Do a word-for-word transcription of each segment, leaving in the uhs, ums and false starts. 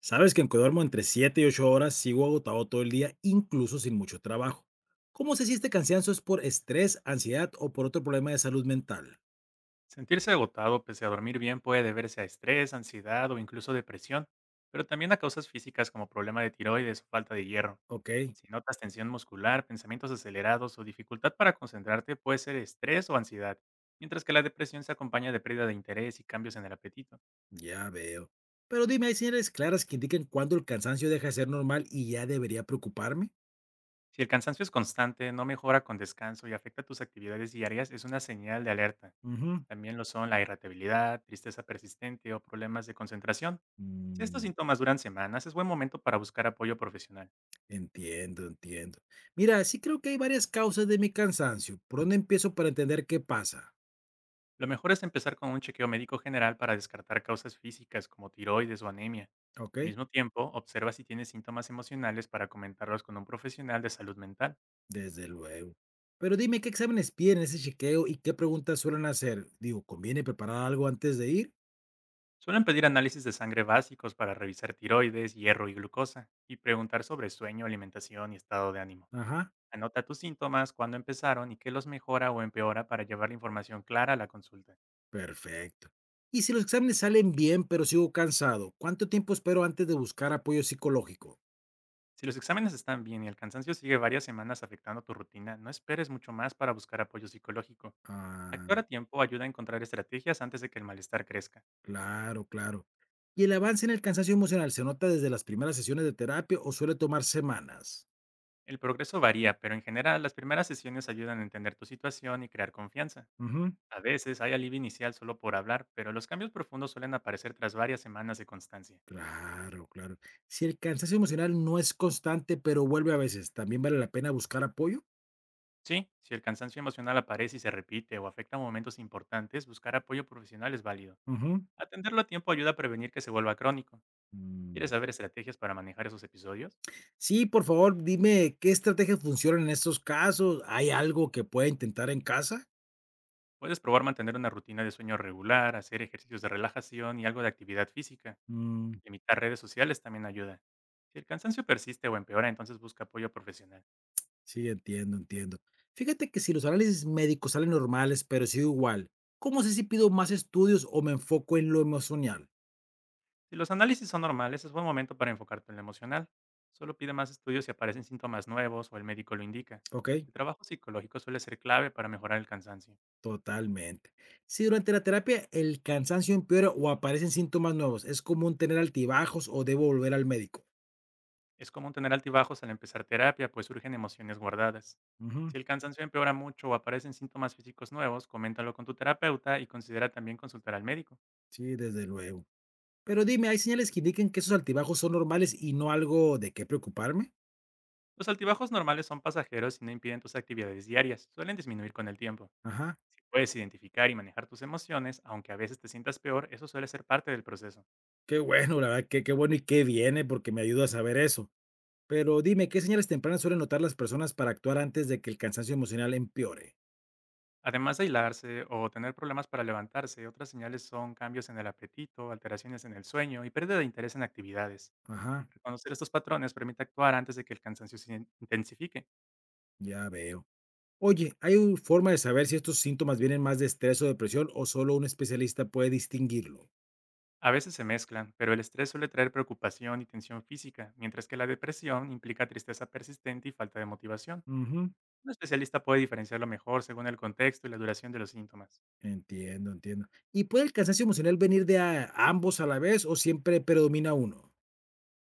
Sabes que aunque duermo entre siete y ocho horas, sigo agotado todo el día, incluso sin mucho trabajo. ¿Cómo sé si este cansancio es por estrés, ansiedad o por otro problema de salud mental? Sentirse agotado pese a dormir bien puede deberse a estrés, ansiedad o incluso depresión, pero también a causas físicas como problema de tiroides o falta de hierro. Ok, Si notas tensión muscular, pensamientos acelerados o dificultad para concentrarte, puede ser estrés o ansiedad, mientras que la depresión se acompaña de pérdida de interés y cambios en el apetito. ya veo. Pero dime, ¿hay señales claras que indiquen cuándo el cansancio deja de ser normal y ya debería preocuparme? Si el cansancio es constante, no mejora con descanso y afecta tus actividades diarias, es una señal de alerta. Ujú. También lo son la irritabilidad, tristeza persistente o problemas de concentración. Si estos Mm, síntomas duran semanas, es buen momento para buscar apoyo profesional. entiendo, entiendo. Mira, sí creo que hay varias causas de mi cansancio. ¿Por dónde empiezo para entender qué pasa? Lo mejor es empezar con un chequeo médico general para descartar causas físicas como tiroides o anemia. Ok. Al mismo tiempo, observa si tienes síntomas emocionales para comentarlos con un profesional de salud mental. Desde luego. Pero dime, ¿qué exámenes piden en ese chequeo y qué preguntas suelen hacer? Digo, ¿conviene preparar algo antes de ir? Suelen pedir análisis de sangre básicos para revisar tiroides, hierro y glucosa, y preguntar sobre sueño, alimentación y estado de ánimo. Ajá, Anota tus síntomas, cuándo empezaron y qué los mejora o empeora para llevar la información clara a la consulta. perfecto. Y si los exámenes salen bien, pero sigo cansado, ¿cuánto tiempo espero antes de buscar apoyo psicológico? Si los exámenes están bien y el cansancio sigue varias semanas afectando tu rutina, no esperes mucho más para buscar apoyo psicológico. Ah, Actuar a tiempo ayuda a encontrar estrategias antes de que el malestar crezca. claro, claro. ¿Y el avance en el cansancio emocional se nota desde las primeras sesiones de terapia o suele tomar semanas? El progreso varía, pero en general las primeras sesiones ayudan a entender tu situación y crear confianza. Ujú. A veces hay alivio inicial solo por hablar, pero los cambios profundos suelen aparecer tras varias semanas de constancia. Claro, claro. Si el cansancio emocional no es constante, pero vuelve a veces, ¿también vale la pena buscar apoyo? Sí, si el cansancio emocional aparece y se repite o afecta momentos importantes, buscar apoyo profesional es válido. Ujú. Atenderlo a tiempo ayuda a prevenir que se vuelva crónico. Mm, ¿Quieres saber estrategias para manejar esos episodios? Sí, por favor, dime, ¿qué estrategias funcionan en estos casos? ¿Hay algo que pueda intentar en casa? Puedes probar mantener una rutina de sueño regular, hacer ejercicios de relajación y algo de actividad física. Mm, Limitar redes sociales también ayuda. Si el cansancio persiste o empeora, entonces busca apoyo profesional. sí, entiendo, entiendo. Fíjate que si los análisis médicos salen normales, pero sigo igual, ¿cómo sé si pido más estudios o me enfoco en lo emocional? Si los análisis son normales, es buen momento para enfocarte en lo emocional. Solo pide más estudios si aparecen síntomas nuevos o el médico lo indica. ¿Ok? El trabajo psicológico suele ser clave para mejorar el cansancio. Totalmente. Si durante la terapia el cansancio empeora o aparecen síntomas nuevos, ¿es común tener altibajos o debo volver al médico? Es común tener altibajos al empezar terapia, pues surgen emociones guardadas. Ujú. Si el cansancio empeora mucho o aparecen síntomas físicos nuevos, coméntalo con tu terapeuta y considera también consultar al médico. Sí, desde luego. Pero dime, ¿hay señales que indiquen que esos altibajos son normales y no algo de qué preocuparme? Los altibajos normales son pasajeros y no impiden tus actividades diarias, suelen disminuir con el tiempo. Ajá. Si puedes identificar y manejar tus emociones, aunque a veces te sientas peor, eso suele ser parte del proceso. Qué bueno, la verdad, qué, qué bueno y qué viene, porque me ayuda a saber eso. Pero dime, ¿qué señales tempranas suelen notar las personas para actuar antes de que el cansancio emocional empeore? Además de aislarse o tener problemas para levantarse, otras señales son cambios en el apetito, alteraciones en el sueño y pérdida de interés en actividades. Ajá, Reconocer estos patrones permite actuar antes de que el cansancio se in- intensifique. ya veo. Oye, ¿hay u- forma de saber si estos síntomas vienen más de estrés o depresión o solo un especialista puede distinguirlo? A veces se mezclan, pero el estrés suele traer preocupación y tensión física, mientras que la depresión implica tristeza persistente y falta de motivación. Ujú. Un especialista puede diferenciarlo mejor según el contexto y la duración de los síntomas. Entiendo, entiendo. ¿Y puede el cansancio emocional venir de a- ambos a la vez o siempre predomina uno?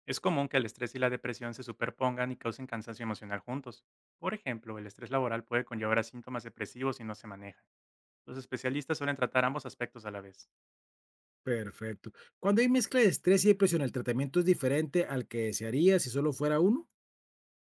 Es común que el estrés y la depresión se superpongan y causen cansancio emocional juntos. Por ejemplo, el estrés laboral puede conllevar a síntomas depresivos si no se maneja. Los especialistas suelen tratar ambos aspectos a la vez. Perfecto. Cuando hay mezcla de estrés y depresión, ¿el tratamiento es diferente al que se haría si solo fuera uno?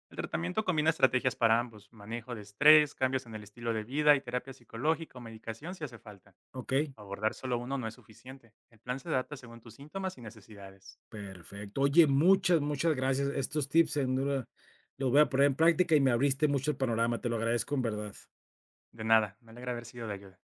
El tratamiento combina estrategias para ambos, manejo de estrés, cambios en el estilo de vida y terapia psicológica o medicación si hace falta. Ok. Abordar solo uno no es suficiente. El plan se adapta según tus síntomas y necesidades. Perfecto. Oye, muchas, muchas gracias. Estos tips, sin duda, los voy a poner en práctica y me abriste mucho el panorama. Te lo agradezco en verdad. De nada, me alegra haber sido de ayuda.